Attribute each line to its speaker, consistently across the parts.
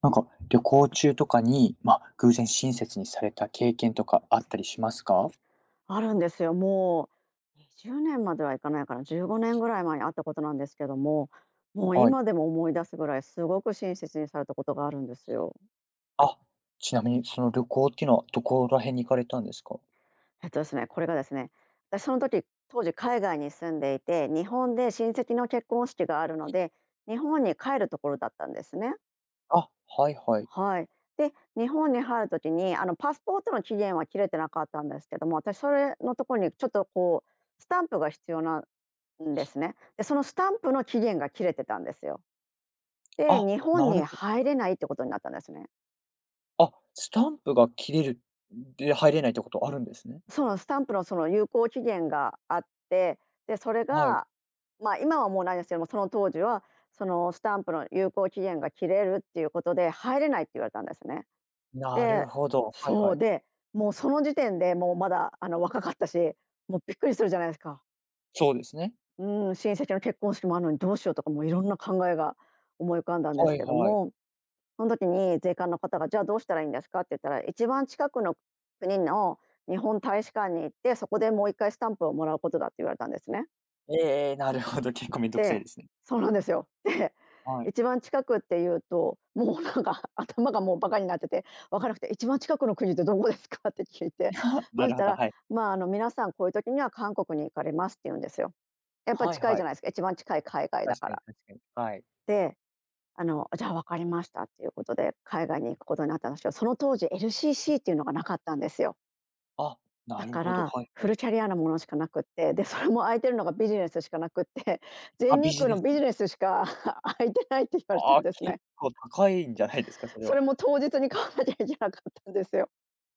Speaker 1: なんか、旅行中とかに、まあ、偶然親切にされた経験とかあったりしますか？
Speaker 2: あるんですよ。もう20年まではいかないかな、15年ぐらい前にあったことなんですけども、もう
Speaker 1: はい。
Speaker 2: 今でも思い出すぐらいすごく親切にされたことがあるんですよ。
Speaker 1: あ、ちなみにその旅行っていうのはどこら辺に行かれたんですか？
Speaker 2: えっとですね、これがですね、私その時、当時海外に住んでいて、日本で親戚の結婚式があるので、日本に帰るところだったんですね。
Speaker 1: あ、はいはい。
Speaker 2: はい。で、日本に入る時に、パスポートの期限は切れてなかったんですけども、私それのところにちょっとこうスタンプが必要なんですね。で、そのスタンプの期限が切れてたんですよ。で、
Speaker 1: あ、
Speaker 2: 日本
Speaker 1: なる
Speaker 2: に
Speaker 1: ほど。
Speaker 2: 入れないってことになったんですね。
Speaker 1: あ、スタンプが切れるで入れないってことあるんですね。
Speaker 2: そのスタンプのその有効期限があって、で、それ
Speaker 1: はい。
Speaker 2: が、まあ、今はもうないですけども、その当時はそのスタンプの有効期限が切れるっていうことで、入れないって言われたんですね。
Speaker 1: なる
Speaker 2: で、
Speaker 1: ほど、はい
Speaker 2: そ
Speaker 1: は
Speaker 2: う
Speaker 1: い。
Speaker 2: で、もうその時点でもうまだ若かったし、もうびっくりするじゃないですか。
Speaker 1: そうですね。
Speaker 2: うん、親戚の結婚式もあるのにどうしようとかもういろんな考えが思い浮かんだんです
Speaker 1: はい
Speaker 2: けど
Speaker 1: はい。
Speaker 2: も、その時に税関の方が「じゃあどうしたらいいんですか？」って言ったら「一番近くの国の日本大使館に行って、そこでもう一回スタンプをもらうことだ」って言われたんですね。
Speaker 1: ええええ、なるほど、結構めんどくさい
Speaker 2: で、
Speaker 1: ですね。
Speaker 2: そうなんですよ。で、
Speaker 1: はい。
Speaker 2: 一番近くっていうと、もうなんか 頭がもうバカになってて、分からなくて「一番近くの国ってどこですか？」って聞いて、
Speaker 1: な
Speaker 2: そし
Speaker 1: るほ
Speaker 2: た
Speaker 1: ど、
Speaker 2: ら
Speaker 1: はい。
Speaker 2: 「まあ、皆さんこういう時には韓国に行かれます」って言うんですよ。やっぱり
Speaker 1: はい
Speaker 2: 近い
Speaker 1: は
Speaker 2: じゃ
Speaker 1: い。
Speaker 2: ないですか、一番近い海外だ
Speaker 1: 確
Speaker 2: か
Speaker 1: かに
Speaker 2: ら。
Speaker 1: 確かに。はい。
Speaker 2: で、じゃあ分かりましたっていうことで、海外に行くことになったんですけど、その当時 LCC っていうのがなかったんですよ。
Speaker 1: あ、
Speaker 2: だ
Speaker 1: なる
Speaker 2: か
Speaker 1: ほど、
Speaker 2: ら、
Speaker 1: はい
Speaker 2: フ
Speaker 1: は
Speaker 2: ル
Speaker 1: い。
Speaker 2: キャリアなものしかなくって、で、それも空いてるのがビジネスしかなくって、
Speaker 1: あ、
Speaker 2: 全
Speaker 1: ビ
Speaker 2: 日
Speaker 1: ジ
Speaker 2: 空
Speaker 1: ネ
Speaker 2: の
Speaker 1: ス、
Speaker 2: ビジネスしか 空いてないって言われた
Speaker 1: あ
Speaker 2: ん
Speaker 1: あ、
Speaker 2: ですね。
Speaker 1: 結構高いんじゃないですか？それ
Speaker 2: そ
Speaker 1: は。
Speaker 2: れも当日に買わなきゃいけなかったんですよ。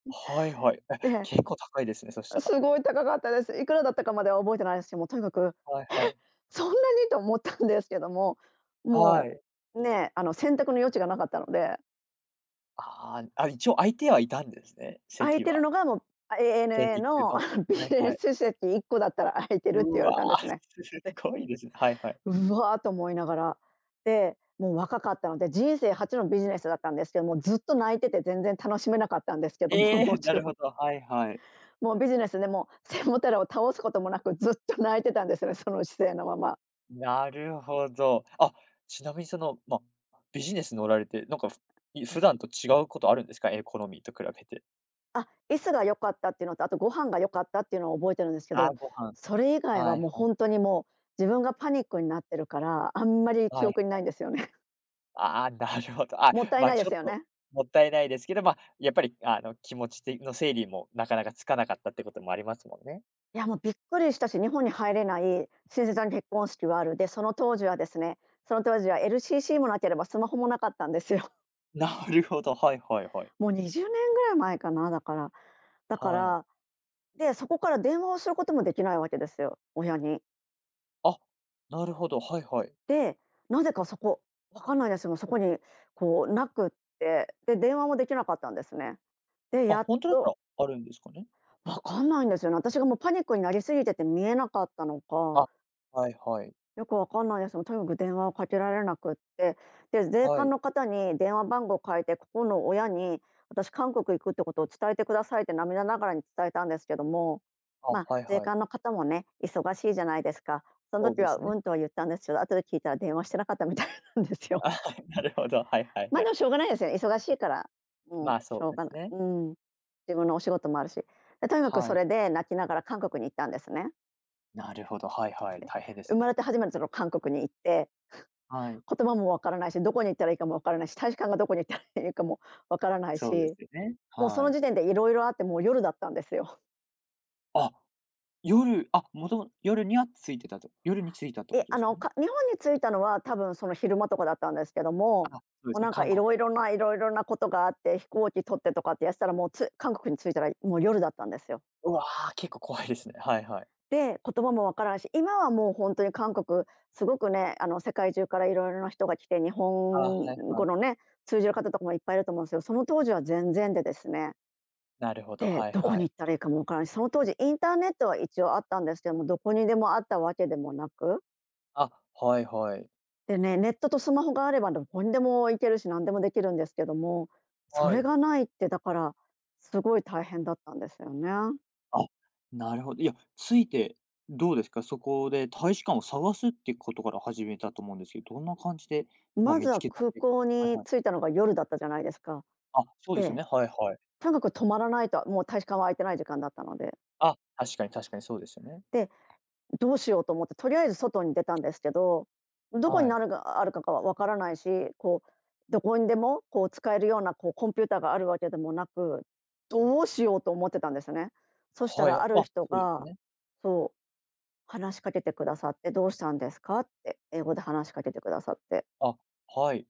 Speaker 1: はいはい。え、
Speaker 2: で、
Speaker 1: 結構高いですね、そしたら。
Speaker 2: すごい高かったです。いくらだったかまでは覚えてないですけど、もうとにかく、
Speaker 1: はい
Speaker 2: え、
Speaker 1: はい。
Speaker 2: そんなにと思ったんですけども、
Speaker 1: は
Speaker 2: も
Speaker 1: い。
Speaker 2: う、ね、選択の余地がなかったので
Speaker 1: ああ、あ、一応空いてはいたんですね、
Speaker 2: 空い
Speaker 1: 席
Speaker 2: てる
Speaker 1: は。
Speaker 2: のが、もう、あ、
Speaker 1: 全
Speaker 2: ANA
Speaker 1: 日空
Speaker 2: の、
Speaker 1: の。
Speaker 2: ビ
Speaker 1: はい
Speaker 2: ジネ
Speaker 1: はい。
Speaker 2: ス席1個だったら空いてるって
Speaker 1: う
Speaker 2: 言われ
Speaker 1: わ、
Speaker 2: たんです
Speaker 1: す
Speaker 2: ね。で、
Speaker 1: ごいですね。はいはい。
Speaker 2: うわと思いながら。で、もう若かったので、人生初のビジネスだったんですけども、ずっと泣いてて全然楽しめなかったんですけど
Speaker 1: え
Speaker 2: も、も
Speaker 1: え、
Speaker 2: ち
Speaker 1: な
Speaker 2: ろ
Speaker 1: る
Speaker 2: ん。
Speaker 1: ほど、はいはい。
Speaker 2: もうビジネスでもう背もたれを倒すこともなく、ずっと泣いてたんですね、その姿勢のまま。
Speaker 1: なるほど。あ、ちなみにその、ま、ビジネス乗られて、なんか、
Speaker 2: え
Speaker 1: 普段と違うことあるんですか？エコノミーと比べて。
Speaker 2: あ、椅子が良かったっていうのと、あとご飯が良かったっていうのを覚えてるんですけ
Speaker 1: ああ、
Speaker 2: ど、
Speaker 1: ご飯。
Speaker 2: それ以外は
Speaker 1: はい
Speaker 2: もう
Speaker 1: はい。
Speaker 2: 本当にもう、自分がパニックになってるから、あんまり記
Speaker 1: はい、
Speaker 2: 憶にないんですよね。
Speaker 1: ああ、なるほど。あ、
Speaker 2: もったい
Speaker 1: ま、
Speaker 2: ないで
Speaker 1: ちょ
Speaker 2: す
Speaker 1: っ
Speaker 2: よ
Speaker 1: と
Speaker 2: ね。
Speaker 1: もったいないですけど、ま、やっぱりあの、気持ちての整理もなかなかつかなかったってこともありますもんね。
Speaker 2: いや、もうびっくりしたし、日本に入れない、親戚さんの結婚式はある。で、その当時はですね、その当時は LCC もなければスマホもなかったんですよ。
Speaker 1: なるほど、はいはい はい。
Speaker 2: もう20年ぐらい前かな、だから。だか
Speaker 1: はい。
Speaker 2: ら、で、そこから電話をすることもできないわけですよ、親に。
Speaker 1: あ、なるほど、はいはい。
Speaker 2: で、なぜかそこ、わかんないですけど、そこにこうなくって、で、電話もできなかったんですね。で、
Speaker 1: あ、
Speaker 2: やっ
Speaker 1: 本当だった
Speaker 2: と
Speaker 1: らあるんですかね？
Speaker 2: わかんないんですよね。私がもうパニックになりすぎてて見えなかったのか、
Speaker 1: あ、はいはい。
Speaker 2: よくわかんないです。もうとにかく電話をかけられなくって、で、税
Speaker 1: は
Speaker 2: 関
Speaker 1: い。
Speaker 2: の方に電話番号を変えて、ここの親に私韓国行くってことを伝えてくださいって涙ながらに伝えたんですけども、
Speaker 1: あ、
Speaker 2: ま、
Speaker 1: はい
Speaker 2: 税
Speaker 1: はい。
Speaker 2: 関の方もね、忙しいじゃないですか。その
Speaker 1: そう
Speaker 2: 時
Speaker 1: で
Speaker 2: は
Speaker 1: すね。
Speaker 2: 「うん」とは言ったんですけど、後で聞いたら電話してなかったみたいなんです よ。
Speaker 1: あ、はいなるほど、はいは い
Speaker 2: ま、あ
Speaker 1: は
Speaker 2: で
Speaker 1: い。
Speaker 2: もしょうがないですよね。忙しいから、もう
Speaker 1: まあ、
Speaker 2: し
Speaker 1: そう
Speaker 2: ょう
Speaker 1: で
Speaker 2: がな
Speaker 1: す
Speaker 2: い、
Speaker 1: ね。
Speaker 2: うん。自分のお仕事もあるし。で、とにかく
Speaker 1: は
Speaker 2: そ
Speaker 1: い。
Speaker 2: れで泣きながら韓国に行ったんですね。
Speaker 1: なるほど、はいはい、大変で
Speaker 2: 生
Speaker 1: す
Speaker 2: ま
Speaker 1: ね。
Speaker 2: れて初めての韓国に行って、
Speaker 1: はい、
Speaker 2: 言葉もわからないし、どこに行ったらいいかもわからないし、大使館がどこに行ったらいいかもわからない
Speaker 1: そうで
Speaker 2: し、
Speaker 1: すよね。
Speaker 2: もうそ
Speaker 1: は
Speaker 2: の
Speaker 1: い。
Speaker 2: 時点でいろいろあってもう夜だったんですよ。
Speaker 1: あ、夜、あ、もとも夜には着いてたと夜に着いたってこ
Speaker 2: え、
Speaker 1: とですかね？
Speaker 2: 日本に着いたのは多分その昼間とかだったんですけど
Speaker 1: あ、
Speaker 2: も、
Speaker 1: そうで
Speaker 2: もう
Speaker 1: すね、
Speaker 2: なんか
Speaker 1: 韓国行ってから。
Speaker 2: いろいろなことがあって、飛行機取ってとかってやってたら、もうつ韓国に着いたらもう夜だったんですよ。
Speaker 1: うわ、結構怖いですね。はいはい。
Speaker 2: で、言葉もわからないし、今はもう本当に韓国、すごくね、世界中からいろいろな人が来て、日
Speaker 1: あ、は
Speaker 2: 本
Speaker 1: いは
Speaker 2: 語
Speaker 1: い。
Speaker 2: のね、通じる方とかもいっぱいいると思うんですよ。その当時は全然でですね。
Speaker 1: なるほど、
Speaker 2: で、
Speaker 1: はい
Speaker 2: どこ
Speaker 1: は
Speaker 2: に
Speaker 1: い。
Speaker 2: 行ったらいいかもわからないし、その当時インターネットは一応あったんですけども、どこにでもあったわけでもなく、
Speaker 1: あ、はいはい。
Speaker 2: でね、ネットとスマホがあればどこにでも行けるし、何でもできるんですけども、そ
Speaker 1: は
Speaker 2: れ
Speaker 1: い。
Speaker 2: がないってだから、すごい大変だったんですよね。
Speaker 1: あ、なるほど。いや、着いてどうですか？そこで大使館を探すってことから始めたと思うんですけど、どんな感じで、ま、
Speaker 2: まず
Speaker 1: 見つ
Speaker 2: は
Speaker 1: けたっ
Speaker 2: 空
Speaker 1: ていうか。
Speaker 2: 港
Speaker 1: はい
Speaker 2: に
Speaker 1: はい。
Speaker 2: 着いたのが夜だったじゃないですか。
Speaker 1: あ、そうですよ
Speaker 2: で、
Speaker 1: ね、はいはい。
Speaker 2: とにかく泊まらないと、もう大使館は空いてない時間だったので。
Speaker 1: あ、確かに確かにそうですよね。
Speaker 2: で、どうしようと思って、とりあえず外に出たんですけど、どこに
Speaker 1: は
Speaker 2: な
Speaker 1: い。
Speaker 2: るがあるかがわからないし、こう、どこにでも、こう、使えるような、こう、コンピューターがあるわけでもなく、どうしようと思ってたんですね。そした
Speaker 1: はい、あ、
Speaker 2: らある
Speaker 1: そ
Speaker 2: 人
Speaker 1: うです
Speaker 2: が、
Speaker 1: ね。
Speaker 2: そう、話しかけてくださって、「どうしたんですか？」って英語で話しかけてくださって、
Speaker 1: あ、はい、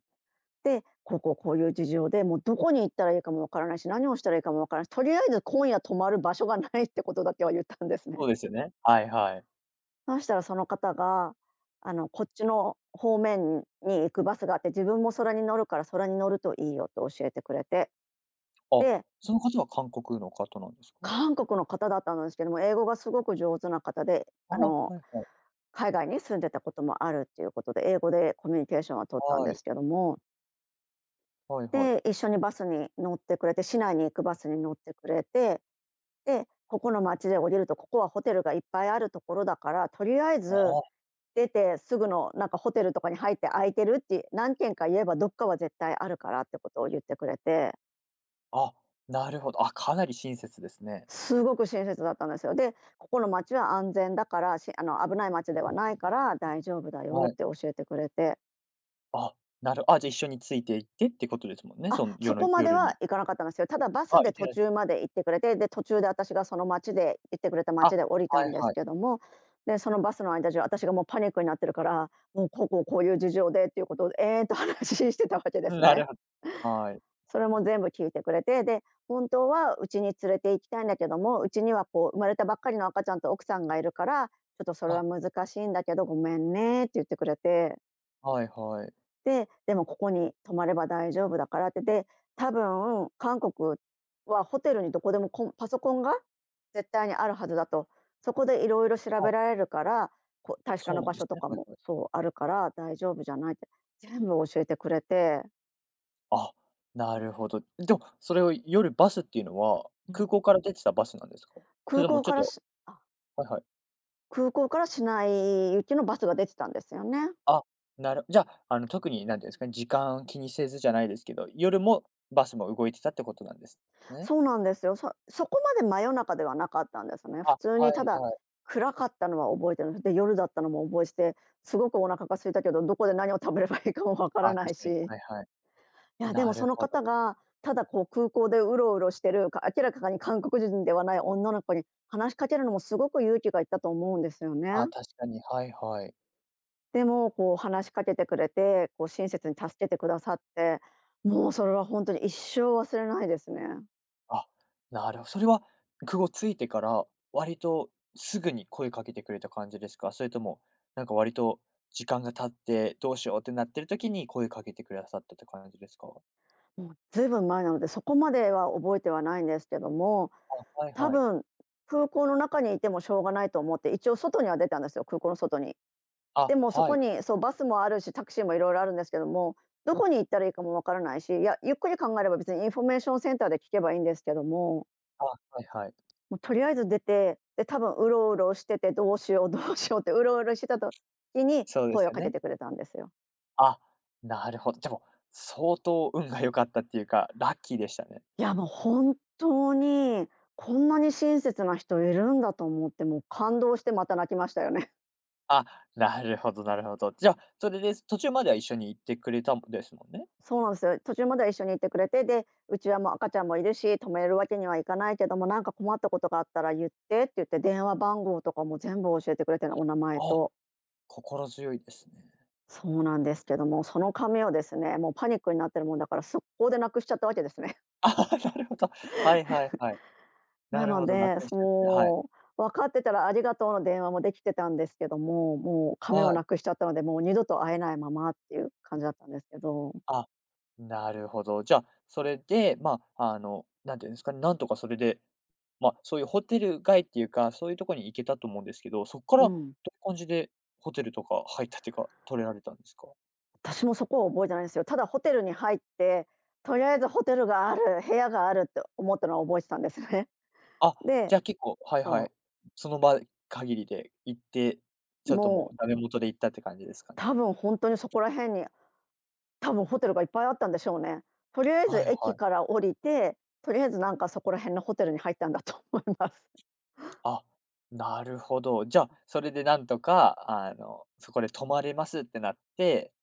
Speaker 2: で、「こうこうこういう事情で、もうどこに行ったらいいかもわからないし、何をしたらいいかもわからないし、とりあえず今夜泊まる場所がない」ってことだけは言ったんですね。
Speaker 1: そうですよね。はいはい。
Speaker 2: そしたらその方が、こっちの方面に行くバスがあって、自分も空に乗るから空に乗るといいよと教えてくれて、
Speaker 1: あ、
Speaker 2: で、
Speaker 1: その方は韓国の方なんですか？
Speaker 2: 韓国の方だったんですけども、英語がすごく上手な方で、
Speaker 1: あ、はいはい。
Speaker 2: 海外に住んでたこともあるっていうことで、英語でコミュニケーションは取ったん
Speaker 1: は
Speaker 2: で
Speaker 1: い。
Speaker 2: すけども、
Speaker 1: はいはい。
Speaker 2: で、一緒にバスに乗ってくれて、市内に行くバスに乗ってくれて、で、ここの町で降りると、ここはホテルがいっぱいあるところだから、とりあえず
Speaker 1: あ
Speaker 2: 出てすぐのなんかホテルとかに入って空いてるって何軒か言えばどっかは絶対あるからってことを言ってくれて、
Speaker 1: あ、あ、なるほど。あ、かなり親切ですね。
Speaker 2: すごく親切だったんですよ。で、ここの町は安全だから、あの危ない町ではないから大丈夫だよ
Speaker 1: は
Speaker 2: っ
Speaker 1: い。
Speaker 2: て教えてくれて、
Speaker 1: あ、あ、じゃ、一緒について行ってってことですもんね、
Speaker 2: あ、
Speaker 1: その
Speaker 2: そ
Speaker 1: 夜
Speaker 2: こ
Speaker 1: の
Speaker 2: まで
Speaker 1: 夜
Speaker 2: は
Speaker 1: に。
Speaker 2: 行かなかったんですよ。ただバ
Speaker 1: あ、
Speaker 2: ス
Speaker 1: 行
Speaker 2: で
Speaker 1: って
Speaker 2: 途
Speaker 1: ない、
Speaker 2: 中まで行ってくれて、で、途中で私がその町で行ってくれた
Speaker 1: あ、は
Speaker 2: 町で降りたん
Speaker 1: い
Speaker 2: です
Speaker 1: はい。
Speaker 2: けども、で、そのバスの間中、私がもうパニックになってるから、もうこういう事情でっていうことを延々と話 してたわけです
Speaker 1: な
Speaker 2: ね。
Speaker 1: るほど。はい。
Speaker 2: それも全部聞いてくれて、で、本当はうちに連れて行きたいんだけども、うちにはこう生まれたばっかりの赤ちゃんと奥さんがいるから、ちょっとそれは
Speaker 1: あ、
Speaker 2: 難しいんだけど、ごめんねって言ってくれて、
Speaker 1: はいはい。
Speaker 2: で、でもここに泊まれば大丈夫だからって、で、多分韓国はホテルにどこでもパソコンが絶対にあるはずだと。そこでいろいろ調
Speaker 1: あ、
Speaker 2: べられるから、こう確か
Speaker 1: そ
Speaker 2: な
Speaker 1: うな
Speaker 2: 場
Speaker 1: んで
Speaker 2: 所
Speaker 1: す
Speaker 2: と
Speaker 1: ね。
Speaker 2: か
Speaker 1: はい
Speaker 2: も
Speaker 1: はい。
Speaker 2: そうあるから大丈夫じゃないって、全部教えてくれて、
Speaker 1: あ、なるほど。でも、それを夜バスっていうのは、空港から出てたバスなんですか？そ
Speaker 2: 空
Speaker 1: れとも
Speaker 2: 港
Speaker 1: ちょっ
Speaker 2: から
Speaker 1: と。
Speaker 2: し
Speaker 1: はいはい。
Speaker 2: 空港から市内行きのバスが出てたんですよね。
Speaker 1: あ、じゃあ、あの、特に何ていうんですかね、時間気にせずじゃないですけど、夜もバスも動いてたってことなんですね。
Speaker 2: そうなんですよ。そこまで真夜中ではなかったんですね。
Speaker 1: あ、
Speaker 2: 普通に
Speaker 1: は
Speaker 2: た
Speaker 1: い
Speaker 2: だ、
Speaker 1: はい。
Speaker 2: 暗かったのは覚えてるんです。で、夜だったのも覚えてて、すごくお腹が空いたけど、どこで何を食べればいいかもわから
Speaker 1: あ、確
Speaker 2: ない
Speaker 1: かに。
Speaker 2: し。
Speaker 1: はいはい。
Speaker 2: いや、でも
Speaker 1: な
Speaker 2: そ
Speaker 1: る
Speaker 2: の
Speaker 1: ほ
Speaker 2: 方
Speaker 1: ど。
Speaker 2: が、ただこう空港でうろうろしてる、明らかに韓国人ではない女の子に話しかけるのもすごく勇気がいったと思うんですよね。
Speaker 1: あ、確かに。はいはい。
Speaker 2: でも、こう話しかけてくれて、こう親切に助けてくださって、もうそれは本当に一生忘れないですね。
Speaker 1: あ、なるほそれは区をついてから、割とすぐに声かけてくれた感じですか？それとも、なんか割と時間が経って、どうしようってなってる時に声かけてくださったって感じですか？
Speaker 2: もうずいぶん前なので、そこまでは覚えてはないんですけども、
Speaker 1: あ、はい
Speaker 2: 多
Speaker 1: はい。
Speaker 2: 分空港の中にいてもしょうがないと思って、一応外には出たんですよ、空港の外に。
Speaker 1: あ、
Speaker 2: でもそ
Speaker 1: は
Speaker 2: こ
Speaker 1: い。
Speaker 2: に、そう、バスもあるし、タクシーもいろいろあるんですけども、どこに行ったらいいかもわからないし、いや、ゆっくり考えれば別にインフォメーションセンターで聞けばいいんですけども、
Speaker 1: あ、はいはい。
Speaker 2: もうとりあえず出て、で、多分うろうろしてて、どうしよう どうしようってうろうろしてた時に
Speaker 1: そうで
Speaker 2: 声
Speaker 1: す
Speaker 2: を
Speaker 1: よ
Speaker 2: かけ
Speaker 1: ね。
Speaker 2: てくれたんですよ。
Speaker 1: あ、なるほど。でも相当運が良かったっていうか、ラッキーでしたね。
Speaker 2: いや、もう本当にこんなに親切な人いるんだと思って、もう感動してまた泣きましたよね。
Speaker 1: あ、なるほどなるほど。じゃあ、それで途中までは一緒に行ってくれたんですもんね？
Speaker 2: そうなんですよ。途中までは一緒にいてくれて、で、うちはもう赤ちゃんもいるし、止めるわけにはいかないけども、なんか困ったことがあったら言ってって言って、電話番号とかも全部教えてくれて、お名前
Speaker 1: あ、
Speaker 2: と。
Speaker 1: 心強いですね。
Speaker 2: そうなんですけども、その紙をですね、もうパニックになってるもんだから、速攻でなくしちゃったわけですね。
Speaker 1: あ、 なるほど。はいはいはい。な
Speaker 2: な
Speaker 1: る
Speaker 2: の
Speaker 1: ほど、な
Speaker 2: で、
Speaker 1: くし
Speaker 2: そ
Speaker 1: ちゃって、はい。
Speaker 2: もう、分かってたらありがとうの電話もできてたんですけども、もう亀
Speaker 1: は
Speaker 2: を
Speaker 1: い。
Speaker 2: なくしちゃったので、もう二度と会えないままっていう感じだったんですけど。
Speaker 1: あ、なるほど。じゃあ、それで、まあ、あの、なんていうんですかね、なんとかそれで、ま、あ、そういうホテル街っていうか、そういうとこに行けたと思うんですけど、そこか
Speaker 2: う
Speaker 1: らどう
Speaker 2: ん。
Speaker 1: いう感じでホテルとか入ったっていうか、取れられたんですか？
Speaker 2: 私もそこを覚えてないんですよ。ただホテルに入って、とりあえずホテルがある、部屋があるって思ったのは覚えてたんですね。
Speaker 1: あ、じ
Speaker 2: で、
Speaker 1: ゃあ結構。はいは
Speaker 2: そ
Speaker 1: い。その場限りで行って、
Speaker 2: う、
Speaker 1: ちょっとも
Speaker 2: も
Speaker 1: う
Speaker 2: う
Speaker 1: ダメ元で行ったって感じですかね？
Speaker 2: 多分本当にそこら辺に、多分ホテルがいっぱいあったんでしょうね。とりあえ
Speaker 1: は
Speaker 2: ず
Speaker 1: い
Speaker 2: 駅
Speaker 1: はい。
Speaker 2: から降りて、とりあえずなんかそこら辺のホテルに入ったんだと思います。
Speaker 1: あ、なるほど。じゃあ、それでなんとか、あの、そこで泊まれますってなって、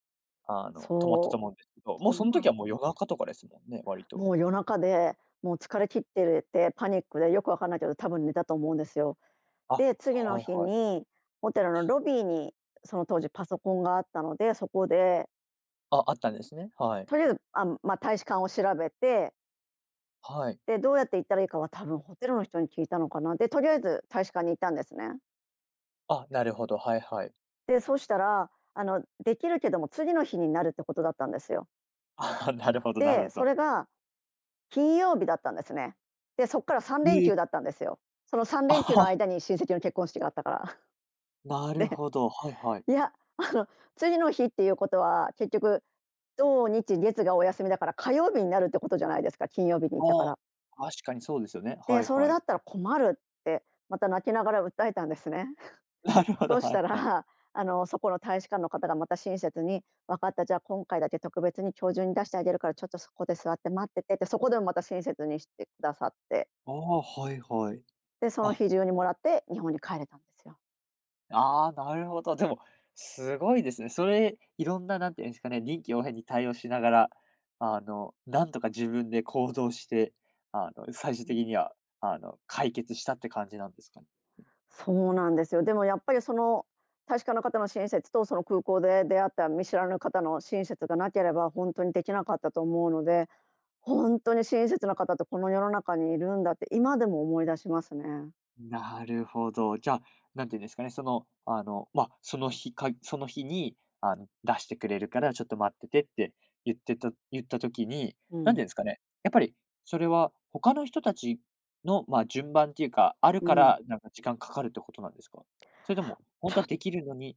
Speaker 1: あの、泊まった
Speaker 2: そ
Speaker 1: と
Speaker 2: う、
Speaker 1: 思うんですけど、も
Speaker 2: と
Speaker 1: うそ
Speaker 2: ん
Speaker 1: の時
Speaker 2: ま
Speaker 1: はもう夜中とかですもんね、割と。
Speaker 2: もう夜中で、もう疲れ切ってるって、パニックでよくわかんないけど、多分寝たと思うんですよ。
Speaker 1: あ、
Speaker 2: で、次の
Speaker 1: はい
Speaker 2: 日
Speaker 1: はい。
Speaker 2: にホテルのロビーにその当時パソコンがあったので、そこで
Speaker 1: あ、あったんですね。はい。
Speaker 2: とりあえず、あ、まあ、大使館を調べて、
Speaker 1: はい。
Speaker 2: で、どうやって行ったらいいかは多分ホテルの人に聞いたのかな。で、とりあえず大使館に行ったんですね。
Speaker 1: あ、なるほど、はいはい。
Speaker 2: で、そうしたら、できるけども次の日になるってことだったんですよ。
Speaker 1: あ、なるほどな
Speaker 2: で、
Speaker 1: るほ
Speaker 2: そ
Speaker 1: ど。
Speaker 2: れが金曜日だったんですね。で、そこから3連
Speaker 1: ええ。
Speaker 2: 休だったんですよ。その3
Speaker 1: あ
Speaker 2: 連休の
Speaker 1: あ、
Speaker 2: 間に親戚の結婚式があったから。
Speaker 1: なる
Speaker 2: で、
Speaker 1: ほど、はいはい。
Speaker 2: いや、次の日っていうことは、結局、土日月がお休みだから、火曜日になるってことじゃないですか、金曜日に行ったか
Speaker 1: ああ、
Speaker 2: ら。
Speaker 1: 確かにそうですよね。
Speaker 2: で、
Speaker 1: はい
Speaker 2: それ
Speaker 1: は
Speaker 2: だ
Speaker 1: い。
Speaker 2: ったら困るって、また泣きながら訴えたんですね。
Speaker 1: なるほど、
Speaker 2: そうし
Speaker 1: は
Speaker 2: た
Speaker 1: いはい。
Speaker 2: ら、そこの大使館の方がまた親切に、「分かった、じゃあ今回だけ特別に今日中に出してあげるから、ちょっとそこで座って待ってて」って、そこでもまた親切にしてくださって、
Speaker 1: ああ、はいはい。
Speaker 2: で、その
Speaker 1: あ、
Speaker 2: 日中にもらって、日本に帰れたんですよ。
Speaker 1: ああ、なるほど。でも、すごいですね。それ、いろんな、なんていうんですかね、臨機応変に対応しながら、あの、なんとか自分で行動して、あの、最終
Speaker 2: う
Speaker 1: 的
Speaker 2: ん。
Speaker 1: には、あの、解決したって感じなんですかね？
Speaker 2: そうなんですよ。でもやっぱりその確かな方の親切とその空港で出会った見知らぬ方の親切がなければ本当にできなかったと思うので、本当に親切な方ってこの世の中にいるんだって今でも思い出しますね。
Speaker 1: なるほど。じゃあ、なんていうんですかね、その、あの、まあ、その日かその日に、あの、出してくれるからちょっと待っててって言った時に、
Speaker 2: う
Speaker 1: なんてい
Speaker 2: ん。
Speaker 1: うんですかね、やっぱりそれは他の人たちの、まあ、順番っていうか、ある
Speaker 2: う
Speaker 1: か
Speaker 2: ん。
Speaker 1: ら、なんか時間かかるってことなんですか？それとも、本
Speaker 2: ちょ
Speaker 1: 当
Speaker 2: っ
Speaker 1: は
Speaker 2: と
Speaker 1: できるのに、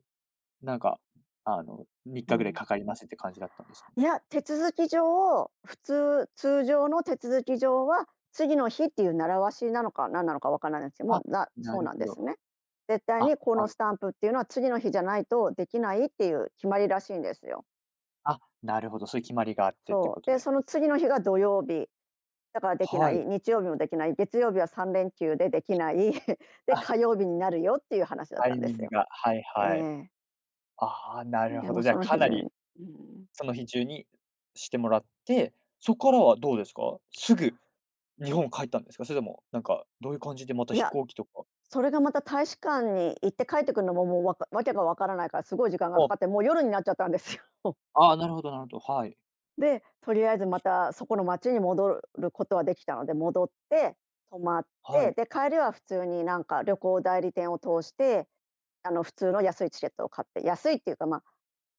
Speaker 1: なんか、あの、3日
Speaker 2: う
Speaker 1: ぐらい
Speaker 2: ん。
Speaker 1: かかりますって感じだったんですか？
Speaker 2: いや、手続き上、通常の手続き上は次の日っていう習わしなのか何なのかわからないんですけども、
Speaker 1: あ、
Speaker 2: だ
Speaker 1: な
Speaker 2: そう
Speaker 1: る
Speaker 2: なん
Speaker 1: ほ
Speaker 2: で
Speaker 1: ど。
Speaker 2: すね。絶対
Speaker 1: あ、
Speaker 2: にこ
Speaker 1: は
Speaker 2: の
Speaker 1: い
Speaker 2: スタ
Speaker 1: は
Speaker 2: ン
Speaker 1: い。
Speaker 2: プっていうのは次の日じゃないとできないっていう決まりらしいんですよ。
Speaker 1: あ、なるほど、そういう決まりがあってって
Speaker 2: そ
Speaker 1: こと
Speaker 2: う。で、
Speaker 1: で。
Speaker 2: その次の日が土曜日、だからできな
Speaker 1: は
Speaker 2: い、
Speaker 1: い。
Speaker 2: 日曜日もできない、月曜日は3連休でできない、で、
Speaker 1: あ、
Speaker 2: 火曜日になるよっていう話だっ
Speaker 1: タ
Speaker 2: たん
Speaker 1: イ
Speaker 2: で
Speaker 1: ミン
Speaker 2: す
Speaker 1: グ
Speaker 2: よ。
Speaker 1: が、はい
Speaker 2: え
Speaker 1: はい。
Speaker 2: え。
Speaker 1: ああ、なる
Speaker 2: で
Speaker 1: ほ
Speaker 2: も
Speaker 1: ど。じゃ、
Speaker 2: そ
Speaker 1: あ、
Speaker 2: の
Speaker 1: か
Speaker 2: 日
Speaker 1: な
Speaker 2: 中
Speaker 1: り
Speaker 2: に。うん。
Speaker 1: その日中にしてもらって、そこからはどうですか？すぐ日本帰ったんですか？それとも、なんか、どういう感じでまた
Speaker 2: い
Speaker 1: 飛
Speaker 2: や、
Speaker 1: 行機とか。
Speaker 2: それがまた大使館に行って帰ってくるのも、もうわけがわからないからすごい時間がか
Speaker 1: あ、
Speaker 2: かって、もう夜になっちゃったんですよ。
Speaker 1: あーなるほどなるほど、はい。
Speaker 2: で、とりあえずまたそこの町に戻ることはできたので、戻って、泊まっ
Speaker 1: は
Speaker 2: て、
Speaker 1: い。
Speaker 2: で、帰りは普通になんか旅行代理店を通して、普通の安いチケットを買って、安いっていうか、ま、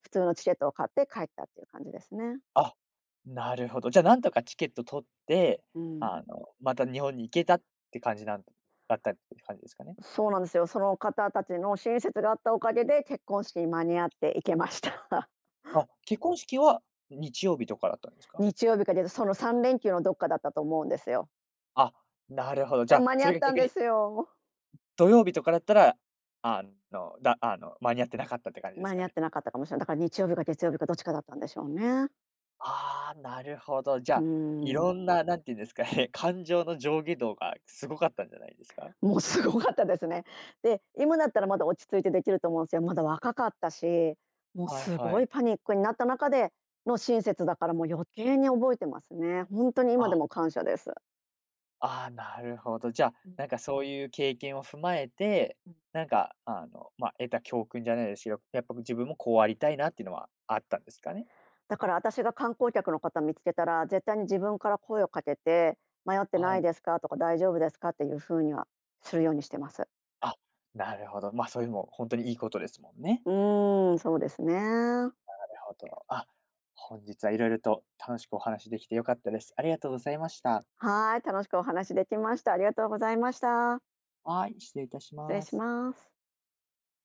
Speaker 2: 普通のチケットを買って帰ったっていう感じですね。
Speaker 1: あ、なるほど。じゃ、あ、なんとかチケット取って、
Speaker 2: うん。
Speaker 1: あの、また日本に行けたって感じなんだったって感じですかね？
Speaker 2: そうなんですよ。その方たちの親切があったおかげで、結婚式に間に合って行けました。
Speaker 1: あ、結婚式は日曜日とかだったんです か？
Speaker 2: 日曜日かその3連休のどっかだったと思うんですよ。
Speaker 1: あ、なるほど。じ
Speaker 2: で、
Speaker 1: ゃ、あ、
Speaker 2: 間に
Speaker 1: そ
Speaker 2: 合
Speaker 1: れ
Speaker 2: っ
Speaker 1: が
Speaker 2: たん
Speaker 1: 逆
Speaker 2: で
Speaker 1: に
Speaker 2: すよ。
Speaker 1: 土曜日とかだったら、あの、あの、間に合ってなかったって感じです
Speaker 2: 間に
Speaker 1: か
Speaker 2: 合っ
Speaker 1: ね。
Speaker 2: てなかったかもしれない。だから日曜日か月曜日かどっちかだったんでしょうね。
Speaker 1: ああ、なるほど。じゃ
Speaker 2: う
Speaker 1: あ、い
Speaker 2: ん、
Speaker 1: ろんな、なんていうんですかね、感情の上下動がすごかったんじゃないですか？
Speaker 2: もうすごかったですね。で、今だったらまだ落ち着いてできると思うんですよ。まだ若かったし、もう
Speaker 1: はい
Speaker 2: す
Speaker 1: は
Speaker 2: ご
Speaker 1: い。
Speaker 2: いパニックになった中での親切だからもう余計に覚えてますね。本当に今
Speaker 1: あ、
Speaker 2: でも感謝です。
Speaker 1: ああ、なるほど。じゃあ、
Speaker 2: うん
Speaker 1: なんかそういう経験を踏まえて、
Speaker 2: うん。
Speaker 1: なんか、あの、まあ、得た教訓じゃないですけど、やっぱ自分もこうありたいなっていうのはあったんですかね？
Speaker 2: だから私が観光客の方見つけたら、絶対に自分から声をかけて「迷って
Speaker 1: は
Speaker 2: ない
Speaker 1: い。
Speaker 2: ですか？」とか「大丈夫ですか？」っていう風にはするようにしてます。
Speaker 1: あ、なるほど。まあ、それも本当にいいことですもんね。
Speaker 2: うーん、そうですね。
Speaker 1: なるほど。あ、本日はいろいろと楽しくお話しできてよかったです。ありがとうございました。
Speaker 2: はい、楽しくお話できました。ありがとうございました。
Speaker 1: はい、失礼いたし
Speaker 2: 失礼
Speaker 1: ま
Speaker 2: し
Speaker 1: す。
Speaker 2: ます。